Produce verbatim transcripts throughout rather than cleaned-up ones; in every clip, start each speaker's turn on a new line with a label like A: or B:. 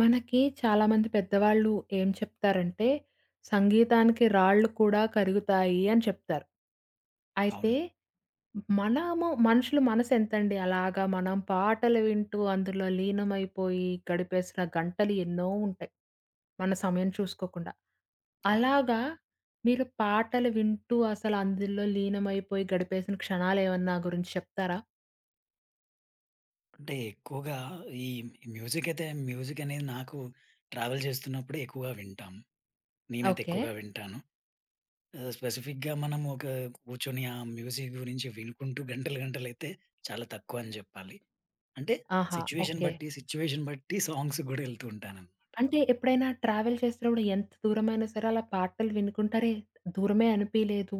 A: మనకి చాలామంది పెద్దవాళ్ళు ఏం చెప్తారంటే, సంగీతానికి రాళ్ళు కూడా కరుగుతాయి అని చెప్తారు. అయితే,
B: అవును.
A: మనము మనుషుల మనసెంతండి అలాగా మనం పాటలు వింటూ అందులో లీనమైపోయి గడిపేసిన గంటలు ఎన్నో ఉంటాయి. మన సమయం చూసుకోకుండా.
B: అవును.
A: అలాగా మీరు పాటలు వింటూ అసలు అందులో లీనమైపోయి గడిపేసిన క్షణాలేమన్నా గురించి చెప్తారా?
B: అంటే ఎక్కువగా ఈ మ్యూజిక్ అయితే మ్యూజిక్ అనేది నాకు ట్రావెల్ చేస్తున్నప్పుడే ఎక్కువగా వింటాం. నేనైతే
A: ఓకే.
B: ఎక్కువగా వింటాను. ఆహ్, స్పెసిఫిక్‌గా మనం ఒక కూర్చొని ఆ మ్యూజిక్ గురించి వినుకుంటూ గంటలు గంటలైతే చాలా తక్కువ అని జెప్పాలి. అంటే
A: ఆహా!
B: Situation
A: okay.
B: బట్టి, సిట్యుయేషన్ బట్టి సాంగ్స్ గూడా ఎళ్తూ ఉంటాననమాట.
A: అంటే ఎప్పుడైనా ట్రావెల్ చేసినప్పుడు ఎంత దూరమైనా సరే అలా పాటలు వినుకుంటారే దూరమే అనిపియలేదు.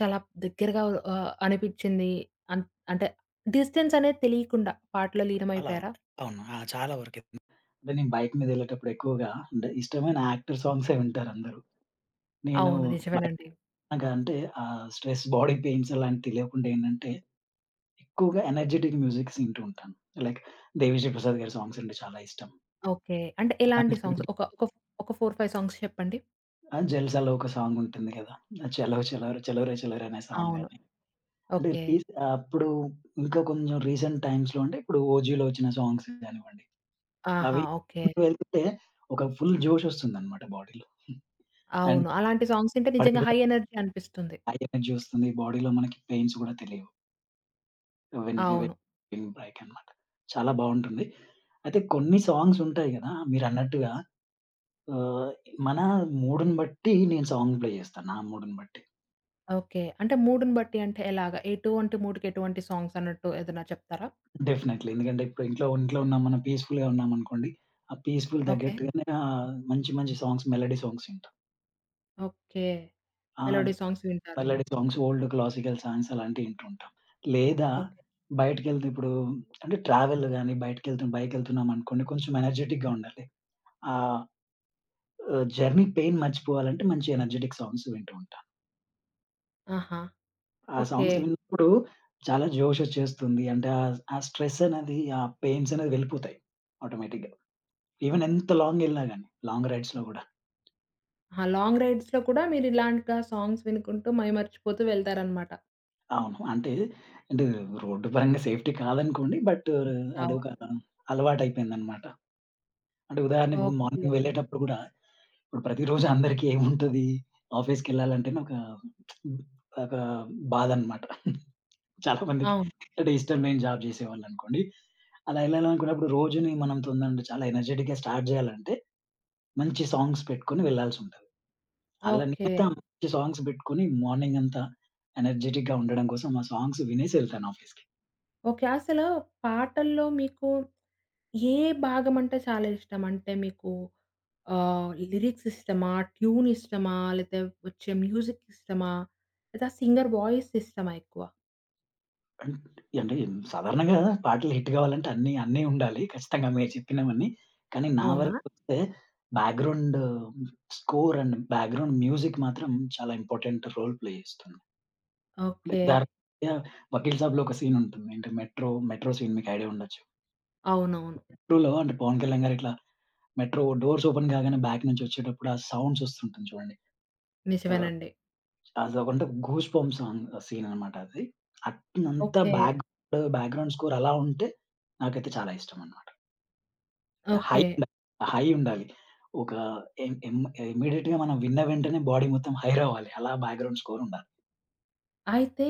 A: చాలా దగ్గరగా ఆహ్, అనిపిచ్చింది. అన్ అంటే డిస్టెన్స్ అనేది తెలియకుండా పాటలో
B: అలా
A: లీనమైపోయారా?
B: అవును. ఆ! చాలా వరకైతే. అంటే నేను బైక్ మీద ఎళ్ళేటప్పుడు ఎక్కువగా అంటే ఇష్టమైన యాక్టర్ సాంగ్సే వింటారందరూ. నేను
A: అవును. నిజమేనండి.
B: బైక్ అంటే ఆ స్ట్రెస్, బాడీ పెయిన్స్ అలాంటివి తెలియకుండా ఏంటంటే ఎక్కువగా ఎనర్జిటిక్ మ్యూజిక్స్ వింటూ ఉంటాను. లైక్ 'దేవిశ్రీ ప్రసాద్' గారి సాంగ్స్ అంటే చాలా ఇష్టం.
A: ఓకే. అంటే ఎలాంటి సాంగ్స్?
B: అండ్
A: ఒక ఒక ఒక నాలుగు, ఐదు సాంగ్స్ చెప్పండి.
B: ఆ! 'జల్సాలో' ఒక సాంగ్ ఉంటుంది కదా! ఆ 'చలో చలో చలోరే చలోరే' అనే సాంగ్
A: అవును.
B: గాని, అంటే
A: ఓకే.
B: రీస్ అప్పుడు ఇంకా కొంచెం రీసెంట్ టైమ్స్‌లో అంటే ఇప్పుడు 'ఓజీలో' వచ్చిన సాంగ్స్ కానివ్వండి,
A: ఆహా!
B: అవి
A: ఓకే.
B: వెళ్తుంటే ఒక ఫుల్ జోష్ వస్తుందన్నమాట బాడీలో. అండ్
A: అవును. అలాంటి సాంగ్స్ వింటే
B: బాడీకి
A: నిజంగా
B: కూడా
A: హై ఎనర్జీ అనిపిస్తుంది.
B: హై ఎనర్జీ వస్తుంది. బాడీలో మనకి పెయిన్స్ కూడా తెలియవు. వెన్ వి
A: అవును.
B: వెన్ విన్ బ్రేక్ అన్నమాట. చాలా బావుంటుంది. అయితే కొన్ని సాంగ్స్ ఉంటాయి కదా! మీరన్నట్టుగా ఆహ్, మన మూడ్‌ని బట్టి నేను సాంగ్ ప్లే చేస్తాను. నా మూడ్‌ని బట్టి.
A: ఓకే. అంటే మూడ్‌ని బట్టి అంటే ఎలాగా? ఎటువంటి మూడ్‌కి ఎటువంటి సాంగ్స్ అన్నట్టు ఏదైనా చెప్తారా?
B: డెఫినైట్‌లీ. ఎందుకంటే ఇప్పుడు ఇంట్లో ఇంట్లో ఉన్నాం మనం పీస్‌ఫుల్‌గా ఉన్నామనుకోండి. ఆ పీస్‌ఫుల్
A: ఓకే.
B: తగ్గట్టుగానే ఆహ్, మంచి మంచి సాంగ్స్ మెలోడీ సాంగ్స్ వింటాం.
A: ఓకే.
B: ఆ!
A: మెలోడీ సాంగ్స్ వింటారు.
B: Melody songs old classical songs అలాంటివి వింటుంటాం. లేదా
A: ఓకే.
B: బయటికెళ్తే ఇప్పుడు అంటే ట్రావెల్ గాని బయటికెళ్తు బైకెళ్తున్నాం అనుకోండి కొంచెం ఎనర్జిటిక్‌గా ఉండాలి. ఆ! జర్నీ పెయిన్ మర్చిపోవాలంటే మంచి ఎనర్జిటిక్ సాంగ్స్ వింటూ ఉంటా.
A: ఆహా!
B: ఆ
A: ఓకే.
B: సాంగ్స్ విన్నప్పుడు చాలా జోషొచ్చేస్తుంది. అంటే ఆహ్, ఆ స్ట్రెస్ అనేది, ఆ పెయిన్స్ అనేది వెళ్ళిపోతాయి ఆటోమేటిక్‌గా. ఈవెన్ ఎంత లాంగ్ ఎళ్ళినా గాని, లాంగ్ రైడ్స్‌లో గూడా.
A: ఆహా! లాంగ్ రైడ్స్‌లో కూడా మీరిలాంటిగా సాంగ్స్ వినుకుంటూ మైమర్చిపోతూ వెళ్తారనమాట.
B: అవును. అంటే, అంటే రోడ్డు పరంగా సేఫ్టీ కాదనుకోండి. బట్ అదొక
A: అవును.
B: అలవాటయిపోయిందనమాట. అంటే ఉదాహరణకు
A: ఓకే.
B: మార్నింగ్ వెళ్ళేటప్పుడు గూడా, ఇప్పుడు ప్రతిరోజు అందరికి ఏముంటది? ఆఫీస్‌కెళ్ళాలంటేనే ఒక ఒక బాధనమాట. చాలా మందికి
A: అవును.
B: అంటే ఇష్టం లేని జాబ్ చేసేవాళ్ళనుకోండి. అలా ఎళ్ళాలనుకున్నప్పుడు రోజుని మనం తొందరగా చాలా ఎనర్జిటిక్‌గా స్టార్ట్ చేయాలంటే మంచి సాంగ్స్ పెట్టుకొని వెళ్ళాల్సుంటది. అలా
A: ఓకే.
B: నేనైతే ఆ మంచి సాంగ్స్ పెట్టుకొని మార్నింగ్ అంతా ఎనర్జిటిక్‌గా ఉండడం కోసం ఆ సాంగ్స్ వినేసి ఎళ్తాను ఆఫీస్‌కి.
A: ఓకే. అసలు పాటల్లో మీకు ఏ భాగం అంటే చాలా ఇష్టం? అంటే మీకు ఆహ్, లిరిక్స్ ఇష్టమా? ట్యూన్ ఇష్టమా? లేతే వచ్చే మ్యూజిక్ ఇష్టమా? లేదా సింగర్ వాయిస్ ఇష్టమా ఎక్కువ?
B: అన్ అంటే సాధారణంగా పాటలు హిట్ కావాలంటే అన్నీ అన్నీ ఉండాలి. ఖచ్చితంగా మీరు చెప్పినవన్నీ. కానీ నా
A: అవునా?
B: వరకొస్తే background score and background music మాత్రం చాలా ఇంపార్టెంట్ రోల్ ప్లే చేస్తుంది.
A: ఓకే.
B: దారుణంగా 'వకీల్ సాబ్‌లో' ఒక సీన్ ఉంటుంది. ఏంటి మెట్రో, మెట్రో సీన్ మీకు ఐడియా ఉండొచ్చు.
A: అవునవును.
B: మెట్రోలో అంటే పవన్ కళ్యాణ్ గారు ఇట్లా మెట్రో డోర్స్ ఓపెన్ కాగానే బ్యాక్ నుంచి వచ్చేటప్పుడు ఆ సౌండ్స్ వస్తుంటుంది చూడండి. ఆహ్,
A: నిజమేనండి.
B: అదొకంటే గూస్ బంప్స్ సాంగ్ సీన్ అనమాట అది. అట్నంతా
A: ఓకే.
B: బ్యాక్ బ్యాక్‌గ్రౌండ్ స్కోర్ అలా ఉంటే నాకైతే చాలా ఇష్టం అనమాట. High
A: okay.
B: ఉండాలి. హై ఉండాలి. ఒక ఎం ఎం ఇమ్మీడియేట్‌గా మనం విన్న వెంటనే బాడీ మొత్తం హై రావాలి. అలా బ్యాక్‌గ్రౌండ్ స్కోర్ ఉండాలి.
A: అయితే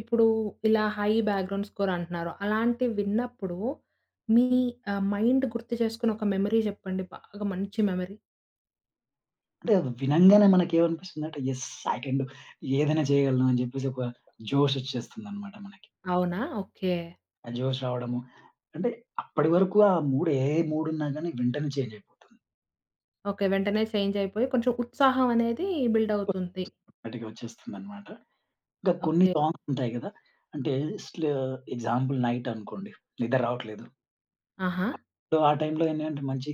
A: ఇప్పుడు ఇలా హై బ్యాక్‌గ్రౌండ్ స్కోర్ అంటున్నారు. అలాంటివి విన్నప్పుడు మీ ఆహ్, మైండ్ గుర్తు చేసుకున్న ఒక మెమరీ చెప్పండి. బాగా మంచి మెమరీ.
B: అంటే వినంగానే మనకేమనిపిస్తుందంటే యెస్! I can do. ఏదైనా చేయగలను అని జెప్పేసి ఒక జోషొచ్చేస్తుందనమాట మనకి.
A: అవునా? ఓకే.
B: ఆ జోష్ రావడము అంటే అప్పటి వరకు ఆ మూడ్ ఏ మూడున్నా గానీ వెంటనే చేంజ్ అయిపోతుంది.
A: ఓకే. వెంటనే చేంజ్ అయిపోయి కొంచెం ఉత్సాహం అనేది బిల్డ్ అవుతుంది.
B: ఆటోమేటిక్‌గా వచ్చేస్తుందనమాట. ఇంకా కొన్ని
A: ఓకే.
B: సాంగ్స్ ఉంటాయి గదా! అంటే స్ల ఎగ్జాంపుల్ నైట్ అనుకోండి. నిద్ర రావట్లేదు.
A: ఆహా!
B: సో, ఆ టైంలో ఏంటంటే మంచి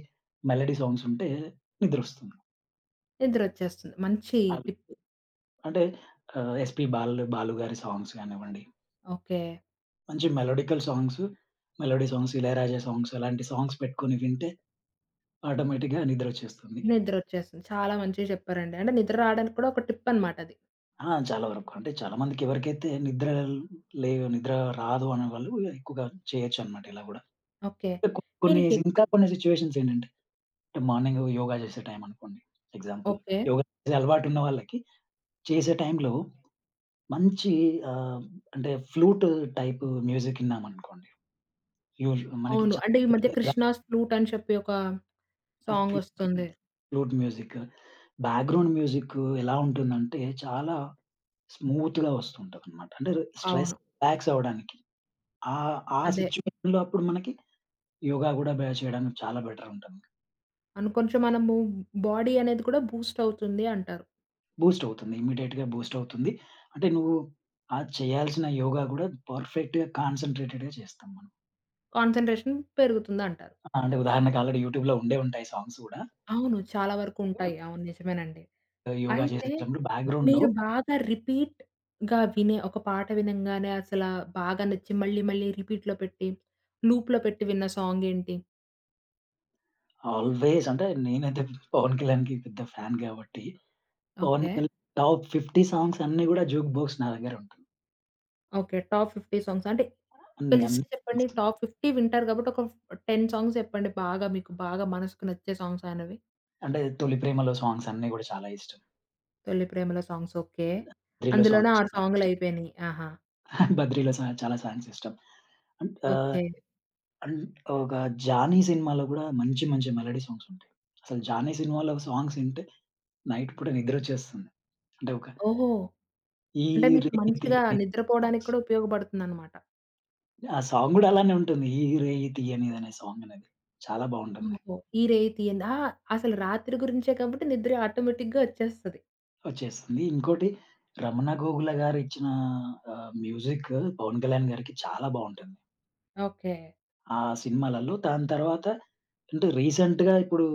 B: మెలోడీ సాంగ్స్ ఉంటే నిద్రొస్తుంది.
A: నిద్రొచ్చేస్తుంది. మంచి
B: అవి
A: టిప్.
B: అంటే ఆహ్, ఎస్‌పీ బాలు బాలు గారి సాంగ్స్ గానివ్వండి
A: ఓకే.
B: మంచి melodical songs, melody songs, 'Ilaiyaraaja' songs అలాంటి సాంగ్స్ పెట్టుకొని వింటే ఆటోమేటిక్‌గా నిద్రొచ్చేస్తుంది.
A: నిద్రొచ్చేస్తుంది. చాలా మంచిగా చెప్పారండి. అంటే నిద్ర రావడానికి కూడా ఒక టిప్ అనమాట అది.
B: ఆ! చాలా వరకు. అంటే చాలా మందికి ఎవరికైతే నిద్ర లే నిద్ర రాదు అనేవాళ్ళు ఎక్కువగా చేయొచ్చనమాట ఇలా గూడా.
A: ఓకే.
B: అంటే కొ
A: మీరు
B: కొన్ని
A: ఎ
B: ఇంకా కొన్ని సిట్యుయేషన్స్ ఏంటంటే అంటే మార్నింగ్ యోగా చేసే టైం అనుకోండి ఎగ్జాంపుల్.
A: ఓకే.
B: యోగా చేసే అలవాటున్న వాళ్ళకి చేసే టైంలో మంచి ఆహ్, అంటే ఫ్లూట్ టైప్ మ్యూజిక్ ఇన్నామనుకోండి. యూజు మనకి
A: అవును. అంటే ఈ మధ్య
B: చాలా
A: 'కృష్ణాస్ ఫ్లూట్' అని చెప్పి ఒక
B: ఆ! ఫ్లూట్
A: సాంగొస్తుంది.
B: Flute music. బ్యాక్‌గ్రౌండ్ మ్యూజిక్ ఎలా ఉంటుందంటే, చాలా స్మూత్‌గా వస్తుంటదనమాట. అంటే స్ట్రెస్
A: అవును.
B: రిలాక్స్ అవ్వడానికి. ఆహ్, ఆ
A: అదే.
B: సిట్యుయేషన్‌లో అప్పుడు మనకి యోగా గూడా బ చేయడానికి చాలా బెటర్ ఉంటుంది.
A: అను కొంచెం మనము బాడీ అనేది కూడా బూస్ట్ అవుతుంది అంటారు.
B: బూస్ట్ అవుతుంది. ఇమ్మీడియేట్‌గా బూస్ట్ అవుతుంది. అంటే నువ్వు ఆ చేయాల్సిన యోగా గూడా పర్ఫెక్ట్‌గా కాన్సంట్రేటెడ్‌గా చేస్తాం మనం.
A: కాన్సంట్రేషన్ పెరుగుతుందంటారు.
B: ఆ! అంటే ఉదాహరణకు ఆల్రెడీ యూట్యూబ్‌లో ఉండే ఉంటాయి సాంగ్స్ గూడా.
A: అవును. చాలా వరకు ఉంటాయి. అవును. నిజమేనండి.
B: యోగా
A: అయితే
B: చేసేటప్పుడు బ్యాక్‌గ్రౌండ్‌లో
A: మీరు బాగా రిపీట్‌గా వినే ఒక పాట వినంగానే అసలా బాగా నచ్చి మళ్ళీ మళ్ళీ రిపీట్‌లో పెట్టి లూప్‌లో పెట్టి విన్న సాంగ్ ఏంటి?
B: ఆల్‌వేస్ అంటే నేనైతే 'పవన్ కళ్యాణ్‌కి' పెద్ద ఫ్యాన్ గాబట్టి పవన్
A: ఓకే.
B: కళ్యాణ్ టాప్ యాభై సాంగ్స్ అన్నీ గూడా జూక్ బాక్స్ నా దగ్గర ఉంటుంది.
A: ఓకే. టాప్ యాభై సాంగ్స్ అంటే ఒక
B: అన్ని, అన్ని
A: లిస్ట్ చెప్పండి.
B: సాంగ్స్.
A: టాప్ యాభై వింటారు కాబట్టి ఒక పది సాంగ్స్ చెప్పండి. బాగా మీకు బాగా మనసుకు నచ్చే సాంగ్స్ అయినవి.
B: అంటే 'తొలి ప్రేమలో' సాంగ్స్ అన్నీ గూడా చాలా ఇష్టం.
A: 'తొలి ప్రేమలో' సాంగ్స్ ఓకే.
B: 'బద్రిలో'
A: అందులోనే
B: సాంగ్స్
A: ఆరు
B: చాలా
A: సాంగులు
B: ఇష్టం.
A: అయిపోయినాయి. ఆహా!
B: 'బద్రిలో' సా చాలా సాంగ్స్ ఇష్టం. అంట్ ఆహ్,
A: ఓకే.
B: అండ్ ఒక 'జానీ' సినిమాలో గూడా మంచి, మంచి మెలోడీ సాంగ్స్ ఉంటాయి. అసలు 'జానీ' సినిమాలో సాంగ్స్ వింటే నైట్ పూట నిద్రొచ్చేస్తుంది. అంటే ఒక
A: ఓహో!
B: 'ఈ
A: అంటే మీకు
B: రేయి
A: మంచిగా
B: తీయనిది'
A: నిద్రపోవడానికి
B: సాంగ్స్.
A: కూడా ఉపయోగపడుతుందనమాట.
B: ఆ సాంగ్ గూడా అలానే ఉంటుంది. 'ఈ రేయి తీయనిదనే' సాంగ్ అనేది. చాలా బావుంటుంది.
A: ఓహో! ఈ రేయి తీయండి. ఆ! అసలు రాత్రి గురించే కాబట్టి నిద్ర ఆటోమేటిక్‌గా వచ్చేస్తది.
B: వచ్చేసింది. ఇంకోటి 'రమణ గోగుల' గారిచ్చిన ఆహ్, మ్యూజిక్ 'పవన్ కళ్యాణ్' గారికి చాలా బావుంటుంది.
A: ఓకే.
B: ఆ సినిమాలలో. దాని తర్వాత అంటే రీసెంట్‌గా ఇప్పుడు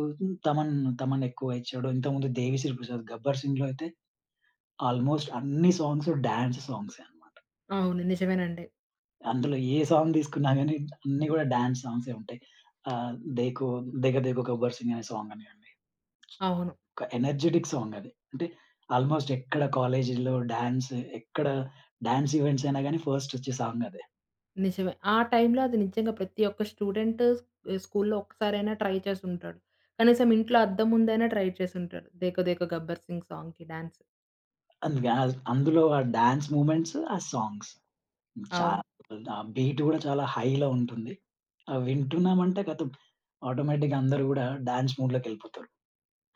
B: తమన్, తమన్ ఎక్కువ ఇచ్చాడు. ఇంతకుముందు 'దేవిశ్రీ ప్రసాద్', 'గబ్బర్ సింగ్'లో అయితే ఆల్మోస్ట్ అన్ని సాంగ్స్ డాన్స్ సాంగ్సే అన్నమాట.
A: అవును. నిజమేనండి.
B: అందులో ఏ సాంగ్ తీసుకున్నా గాని అన్నీ కూడా డాన్స్ సాంగ్సే ఉంటాయి. ఆహ్, 'దేఖో దేఖ దేఖో గబ్బర్ సింగ్' అనే సాంగ్ అనియండి.
A: అవును.
B: ఒక ఎనర్జిటిక్ సాంగ్ అది. అంటే ఆల్‌మోస్ట్ ఎక్కడ కాలేజీలో డాన్స్ ఎక్కడ డాన్స్ ఈవెంట్స్ అయినా గాని ఫస్ట్ వచ్చే సాంగ్ అదే.
A: నిజమే. ఆ టైంలో అది నిజంగా ప్రతి ఒక్క స్టూడెంట్ స్కూల్లో ఒక్కసారైనా ట్రై చేసుంటాడు. కనీసం ఇంట్లో అద్దం ముందైనా ట్రై చేసుంటాడు. 'దేఖో దేఖో గబ్బర్ సింగ్' సాంగ్‌కి డాన్స్.
B: అందుకే ఆహ్, అందులో ఆ డాన్స్ మూవ్‌మెంట్స్, ఆ సాంగ్స్
A: అవును.
B: చాలా ఆ బీట్ గూడా చాలా హైలో ఉంటుంది. అవి వింటున్నామంటే ఖతం ఆటోమేటిక్‌గా అందరూ గూడా డాన్స్ మూడ్‌లోకెళ్ళిపోతారు.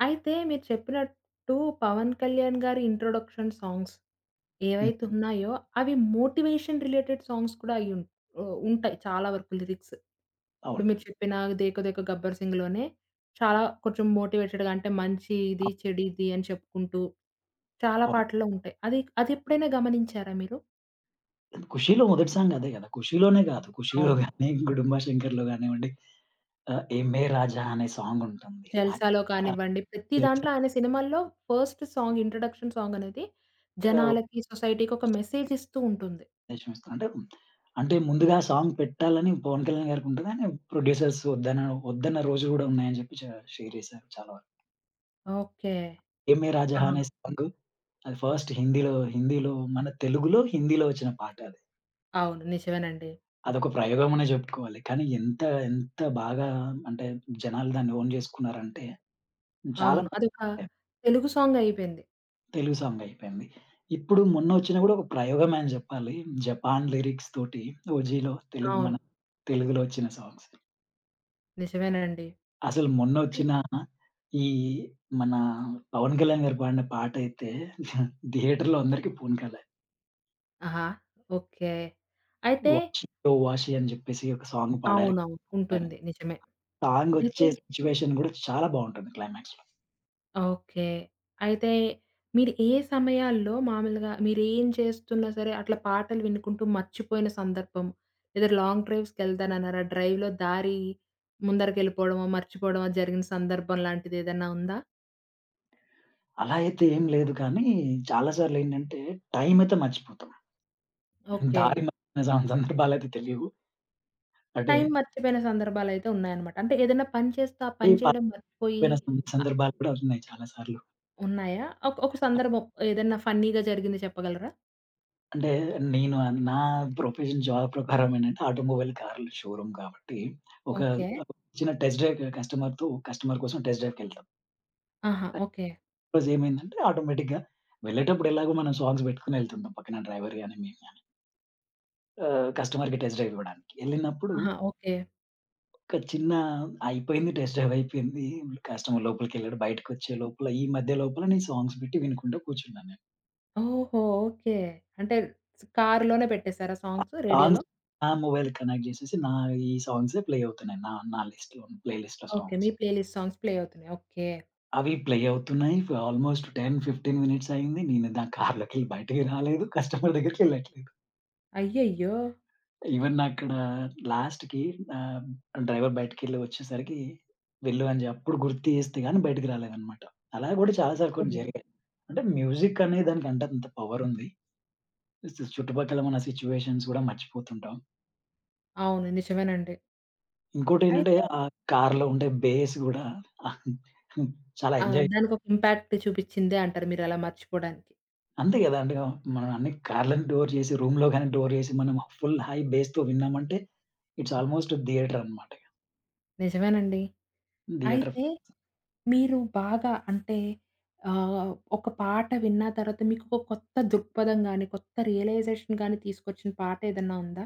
A: అయితే మీరు చెప్పినట్టు 'పవన్ కళ్యాణ్' గారి ఇంట్రొడక్షన్ సాంగ్స్ ఏవైతే
B: హ్మ్.
A: ఉన్నాయో అవి మోటివేషన్ రిలేటెడ్ సాంగ్స్ కూడా అయ్యుం ఆహ్, ఉంటాయి చాలా వరకు లిరిక్స్. ఇప్పుడు
B: అవును.
A: మీరు చెప్పిన 'దేకో దేకో గబ్బర్ సింగ్‌లోనే' చాలా కొంచెం మోటివేటెడ్‌గా అంటే మంచి ఇది,
B: అవును.
A: చెడిది అని చెప్పుకుంటూ చాలా
B: అవ్- అవును.
A: పాటల్లో ఉంటాయి. అది అదెప్పుడైనా గమనించారా మీరు?
B: 'ఖుషీలో' మొదటి సాంగ్ అదే గదా! 'ఖుషీలోనే' గాదు 'ఖుషీలో'
A: అవును.
B: గాని 'గుడుంబా శంకర్‌లో' గానివ్వండి ఆహ్, 'ఏ మే రాజా' అనే సాంగ్ ఉంటుంది. ఆహ్,
A: 'జల్సాలో' కానివ్వండి, ప్రతి
B: తెలుసా?
A: దాంట్లో ఆయన సినిమాల్లో ఫస్ట్ సాంగ్ ఇంట్రొడక్షన్ సాంగ్ అనేది
B: ఆహ్
A: జనాలకి, సొసైటీకి ఒక మెసేజ్ ఇస్తూ ఉంటుంది.
B: నిజమేస్తా. అంటే, అంటే ముందుగా సాంగ్ పెట్టాలని 'పవన్ కళ్యాణ్' గారికుంటది. ఆయన ప్రొడ్యూసర్స్ వద్దన వద్దన్న రోజులు గూడా ఉన్నాయని జెప్పి చా షేర్ జేశారు చాలా వరకు.
A: ఓకే.
B: 'ఏమే రాజహా'
A: ఆహా!
B: అనే సాంగ్ అది ఫస్ట్ హిందీలో, హిందీలో మన తెలుగులో, హిందీలో వచ్చిన పాట అది.
A: అవును. నిజమేనండి.
B: అదొక ప్రయోగం అనే జెప్పుకోవాలి. కానీ ఎంత, ఎంత బాగా అంటే జనాలు దాన్ని ఓన్ జేసుకున్నారంటే చాలా
A: అవును.
B: బాగా
A: అదొక తెలుగు సాంగ్ అయిపోయింది.
B: తెలుగు సాంగ్ అయిపోయింది. ఇప్పుడు మొన్నొచ్చినా గూడా ఒక ప్రయోగమే అని జెప్పాలి. జపాన్ లిరిక్స్ తోటి 'ఓజీలో' తెలుగు మన
A: అవును.
B: తెలుగులో వచ్చిన సాంగ్స్.
A: నిజమేనండి.
B: అసలు
A: అయి
B: మొన్నొచ్చిన ఈ మన 'పవన్ కళ్యాణ్' గారు పాడిన పాటైతే థియేటర్‌లో అందరికి పూనుకలే.
A: ఆహా! ఓకే. అయితే
B: 'వాషి ఓ వాషి' అని చెప్పేసి ఒక సాంగ్ పాడారు.
A: అవునవును.
B: కానీ
A: ఉంటుంది. నిజమే. అయితే
B: సాంగొచ్చే సిట్యుయేషన్ గూడా చాలా బావుంటుంది క్లైమాక్స్‌లో.
A: ఓకే. అయితే మీరు ఏ సమయాల్లో మామూలుగా మీరేం చేస్తున్నా సరే అట్లా పాటలు వినుకుంటూ మర్చిపోయిన సందర్భం లేదా లాంగ్ డ్రైవ్స్‌కెళ్తానన్నారా? డ్రైవ్‌లో దారి ముందరకెళ్ళిపోవడమో, మర్చిపోవడమో జరిగిన సందర్భం లాంటిదేదన్నా ఉందా?
B: అలా అయితే ఏం లేదు కానీ చాలా సార్లేంటంటే టైమయితే మర్చిపోతాం.
A: ఓకే.
B: దారి మళ్ళిన సం సందర్భాలయితే తెలియవు. అంటే
A: టైం మర్చిపోయిన సందర్భాలయితే ఉన్నాయన్నమాట. అంటే ఏదైనా పని చేస్తూ ఆ
B: ఈ
A: పని
B: పా
A: చేయడం మర్చిపోయి
B: పోయిన సం సందర్భాలు కూడా ఉన్నాయి చాలా సార్లు.
A: ఉన్నాయా? ఒక ఒక సందర్భం ఏదన్నా ఫన్నీగా జరిగింది చెప్పగలరా?
B: అంటే నేను ఆహ్, నా ప్రొఫెషన్ జాబ్ ప్రకారం ఏంటంటే ఆటోమొబైల్ కార్ల షోరూమ్ కాబట్టి, ఒక
A: ఓకే.
B: చిన్న టెస్ట్ డ్రైవ్ కస్టమర్‌తో కస్టమర్ కోసం టెస్ట్ డ్రైవ్‌కెళ్తాం.
A: ఆహా! ఓకే.
B: ఈరోజు ఏమైందంటే ఆటోమేటిక్‌గా వెళ్ళేటప్పుడు ఎలాగో మనం సాంగ్స్ పెట్టుకొని ఎళ్తుంటాం. పక్కన డ్రైవర్ గాని, మేము గాని. ఆహ్, కస్టమర్‌కి టెస్ట్ డ్రైవ్ ఇవ్వడానికి. ఎళ్ళినప్పుడు
A: ఆహా! ఓకే.
B: ఒక చిన్న అయిపోయింది టెస్ట్ డ్రైవ్ అయిపోయింది. కస్టమర్ లోపలికెళ్ళాడు. బయటకొచ్చే లోపల ఈ మధ్య లోపల నేను సాంగ్స్ పెట్టి వినుకుంటూ కూర్చున్నాను నేను.
A: ఓహో! ఓకే. అంటే కారులోనే పెట్టేసారా
B: ఆ
A: సాంగ్స్ రేడియోలో?
B: సాంగ్స్ నా మొబైల్ కనెక్ట్ చేసేసి నా ఈ సాంగ్సే ప్లే అవుతున్నాయి. నా నా లిస్ట్‌లో ప్లే లిస్ట్‌లో
A: ఓకే.
B: సాంగ్స్.
A: మీ ప్లే లిస్ట్ సాంగ్స్ ప్లే అవుతున్నాయి. ఓకే.
B: అవి ప్లే అవుతున్నాయి. ఫ ఆల్మోస్ట్ పది, పదిహేను మినిట్స్ అయింది. నేను నా కార్‌లోకెళ్ళి బయటికి రాలేదు. కస్టమర్ దగ్గరికెళ్ళట్లేదు.
A: అయ్యయ్యో!
B: ఈవెన్ అక్కడ లాస్ట్‌కి ఆహ్, డ్రైవర్ బయటికెళ్ళి వచ్చేసరికి వెళ్ళు అని చెప్పి అప్పుడు గుర్తు చేస్తే గాని బయటికి రాలేదనమాట. అలా కూడా చాలా సార్లు కొన్ని
A: ఓకే.
B: జరిగాయి. అంటే మ్యూజిక్ అనే దానికి అంటే అంత పవర్ ఉంది. సు చుట్టుపక్కల మన సిట్యుయేషన్స్ కూడా మర్చిపోతుంటాం.
A: అవును. నిజమేనండి.
B: ఇంకోటేంటంటే
A: అయితే
B: ఆ కార్‌లో ఉండే బేస్ గూడా చాలా
A: ఆ!
B: ఎంజాయ్
A: దానికొక ఇంపాక్ట్ చూపిచ్చిందే అంటారు మీరలా మర్చిపోడానికి.
B: అంతే గదా! అండి. ఆహ్, మనం అన్ని కార్‌లని డోర్ జేసి, రూమ్‌లో గాని డోర్ జేసి, మనం ఫుల్ హై బేస్‌తో విన్నామంటే, ఇట్స్ ఆల్‌మోస్ట్ థియేటర్ అనమాట.
A: నిజమేనండి.
B: థియేటర్
A: అయితే మీరు బాగా అంటే ఆహ్, ఒక పాట విన్న తర్వాత మీకొక కొత్త దృక్పథం గాని, కొత్త రియలైజేషన్ గాని తీసుకొచ్చిన పాట ఏదన్నా ఉందా?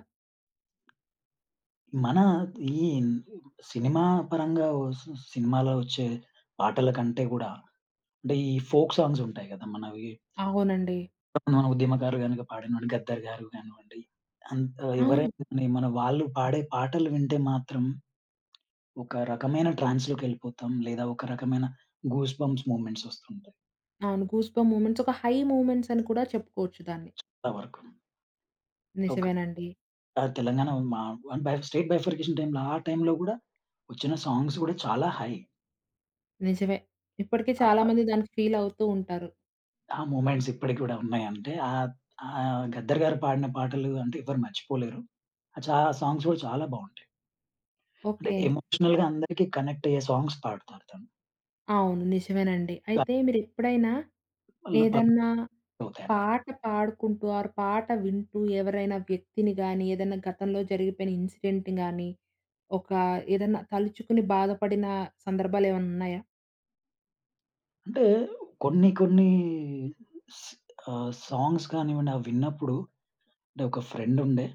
B: మన ఈ సినిమా పరంగా ఒస్ సినిమాలో ఒచ్చే పాటల కంటే గూడా అంటే ఈ ఫోక్ సాంగ్స్ ఉంటాయి గదా! మనవి
A: అవునండి.
B: మన ఉద్యమకారులు గనుక పాడినటువంటి 'గద్దర్' గారు గానివ్వండి, అంత
A: అవును.
B: ఎవరైనా గాని మన వాళ్ళు పాడే పాటలు వింటే మాత్రం ఒక రకమైన ట్రాన్స్‌లోకెళ్ళిపోతాం. లేదా ఒక రకమైన గూస్ బంప్స్ మూవ్‌మెంట్స్ ఒస్తుంటాయి.
A: అవును. 'గూస్‌బంప్' మూమెంట్స్ ఒక హై మూమెంట్స్ అని కూడా చెప్పుకోవచ్చు దాన్ని.
B: నా వరకు. ఒక
A: నిజమేనండి.
B: ఆ! తెలంగాణ మా బై స్టేట్ బైఫర్కేషన్ టైమ్‌లో ఆ టైమ్‌లో గూడా వచ్చిన సాంగ్స్ గూడా చాలా హై.
A: నిజమే. ఇప్పటికి చాలా
B: ఆ!
A: మంది దానికి ఫీల్ అవుతూ ఉంటారు.
B: ఆ మూమెంట్స్ ఇప్పటికి గూడా ఉన్నాయంటే ఆహ్, ఆహ్, 'గద్దర్' గారు పాడిన పాటలు అంటే ఎవరు మర్చిపోలేరు. ఆ చా సాంగ్స్ గూడా చాలా బావుంటాయి. అంటే
A: ఓకే.
B: ఎమోషనల్‌గా అందరికి కనెక్ట్ అయ్యే సాంగ్స్ పాడుతారు తను.
A: అవును. నిజమేనండి. అయితే మీరెప్పుడైనా
B: దానివల్ల
A: ఏదన్నా
B: పబ్లిక్ అవుతాయన్నమాట.
A: పాట పాడుకుంటూ ఆర్ పాట వింటూ ఎవరైనా వ్యక్తిని గాని, ఏదైనా గతంలో జరిగిపోయిన ఇన్సిడెంట్‌ని గాని, ఒక ఏదన్నా తలుచుకుని బాధపడిన సందర్భాలేమన్నా ఉన్నాయా?
B: అంటే కొన్ని కొన్ని స్ ఆహ్, సాంగ్స్ కానివ్వండి అవి విన్నప్పుడు అంటే ఒక ఫ్రెండ్ ఉండే.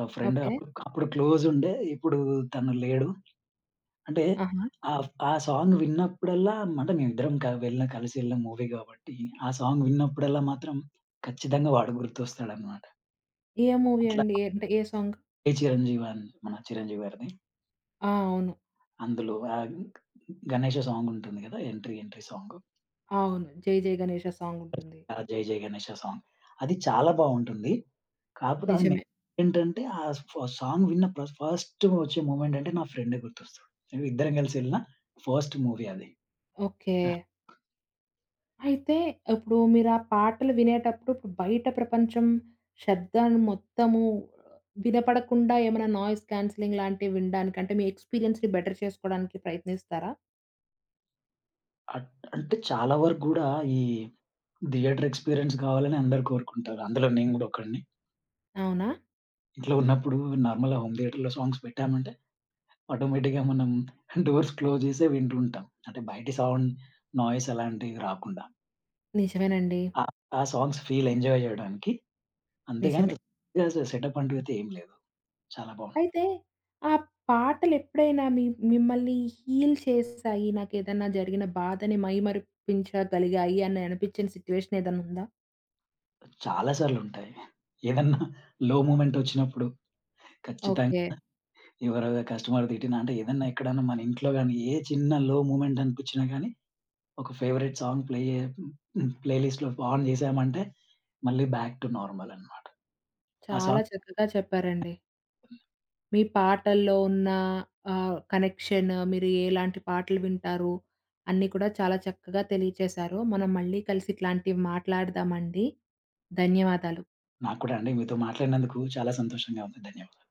B: ఆ ఫ్రెండ్
A: ఓకే.
B: అప్పుడు అప్పుడు క్లోజ్ ఉండే. ఇప్పుడు తను లేడు. అంటే
A: ఆహా!
B: ఆహ్, ఆ సాంగ్ విన్నప్పుడల్లా అంటే మేమిద్దరం క వెళ్ళిన కలిసి వెళ్ళిన మూవీ గాబట్టి, ఆ సాంగ్ విన్నప్పుడల్లా మాత్రం ఖచ్చితంగా వాడు గుర్తొస్తాడనమాట.
A: ఏ మూవీ
B: అట్లా
A: అండి? ఏ- అంటే ఏ సాంగ్?
B: 'ఏ చిరంజీవి' అని మన 'చిరంజీవి' గారిది.
A: ఆ! అవును.
B: అందులో ఆహ్, 'గణేష' సాంగ్ ఉంటుంది గదా! Entry entry song.
A: అవును. 'జై జై గణేష' సాంగ్ ఉంటుంది.
B: ఆ 'జై జై గణేష' సాంగ్. అది చాలా బావుంటుంది. కాకపోతే అది మె-
A: నిజమే.
B: ఏంటంటే ఆ ఫ సాంగ్ విన్న ప్ర ఫస్ట్ వచ్చే మూమెంట్ అంటే నా ఫ్రెండే గుర్తొస్తాడు. ఇద్దరం కలిసి వెళ్ళిన ఫస్ట్ మూవీ అది.
A: ఓకే. అయితే ఇప్పుడు మీరు ఆ పాటలు వినేటప్పుడు ఇప్పుడు బయట ప్రపంచం శబ్దాన్ని మొత్తము వినపడకుండా ఏమైనా నాయిస్ క్యాన్సెలింగ్ లాంటివి వినడానికి అంటే మీ ఎక్స్‌పీరియన్స్‌ని బెటర్ చేసుకోవడానికి ప్రయత్నిస్తారా?
B: అట్ అంటే చాలా వరకు గూడా ఈ థియేటర్ ఎక్స్‌పీరియన్స్ గావాలని అందరూ కోరుకుంటారు. అందులో నేను గూడా ఒకడిని.
A: అవునా?
B: ఇంట్లో ఉన్నప్పుడు నార్మల్‌గా హోమ్ థియేటర్‌లో సాంగ్స్ పెట్టామంటే ఆటోమేటిక్‌గా మనం డోర్స్ క్లోజ్ చేసే వింటూ ఉంటాం. అంటే బయటి సౌండ్, నాయిస్ అలాంటివి రాకుండా.
A: నిజమేనండి.
B: ఆ ఆ సాంగ్స్ ఫీల్ ఎంజాయ్ జేయడానికి. అంతేగాని
A: నిజమే.
B: అసలు సెటప్ అంటూ అయితే ఏం లేదు. చాలా బావుం
A: అయితే ఆ పాటలెప్పుడైనా మీ మిమ్మల్ని హీల్ చేశాయి, నాకేదన్నా జరిగిన బాధని మైమరిపించగలిగాయి అని అనిపించిన సిట్యుయేషన్ ఏదన్నా ఉందా?
B: చాలా సార్లుంటాయి. ఏదన్నా లో మూమెంట్ వచ్చినప్పుడు
A: ఓకే.
B: ఖచ్చితంగా ఎవరో కస్టమర్ తిట్టినా అంటే ఏదన్నా ఎక్కడన్నా మన ఇంట్లో గాని ఏ చిన్న లో మూమెంట్ అనిపించినా గాని ఒక ఫేవరెట్ సాంగ్ ప్లే జే హ్మ్. ప్లే లిస్ట్‌లో ఆన్ జేశామంటే మళ్ళీ బ్యాక్ టు నార్మల్ అనమాట. ఆ
A: చాలా
B: సాంగ్
A: చక్కగా చెప్పారండి. మీ పాటల్లో ఉన్న ఆహ్, కనెక్షన్, మీరు ఎలాంటి పాటలు వింటారు, అన్నీ కూడా చాలా చక్కగా తెలియచేశారు. మనం మళ్ళీ కలిసి ఇట్లాంటివి మాట్లాడదామండి. ధన్యవాదాలు.
B: నాకు కూడా అండి మీతో మాట్లాడినందుకు చాలా సంతోషంగా ఉంది. ధన్యవాదాలు.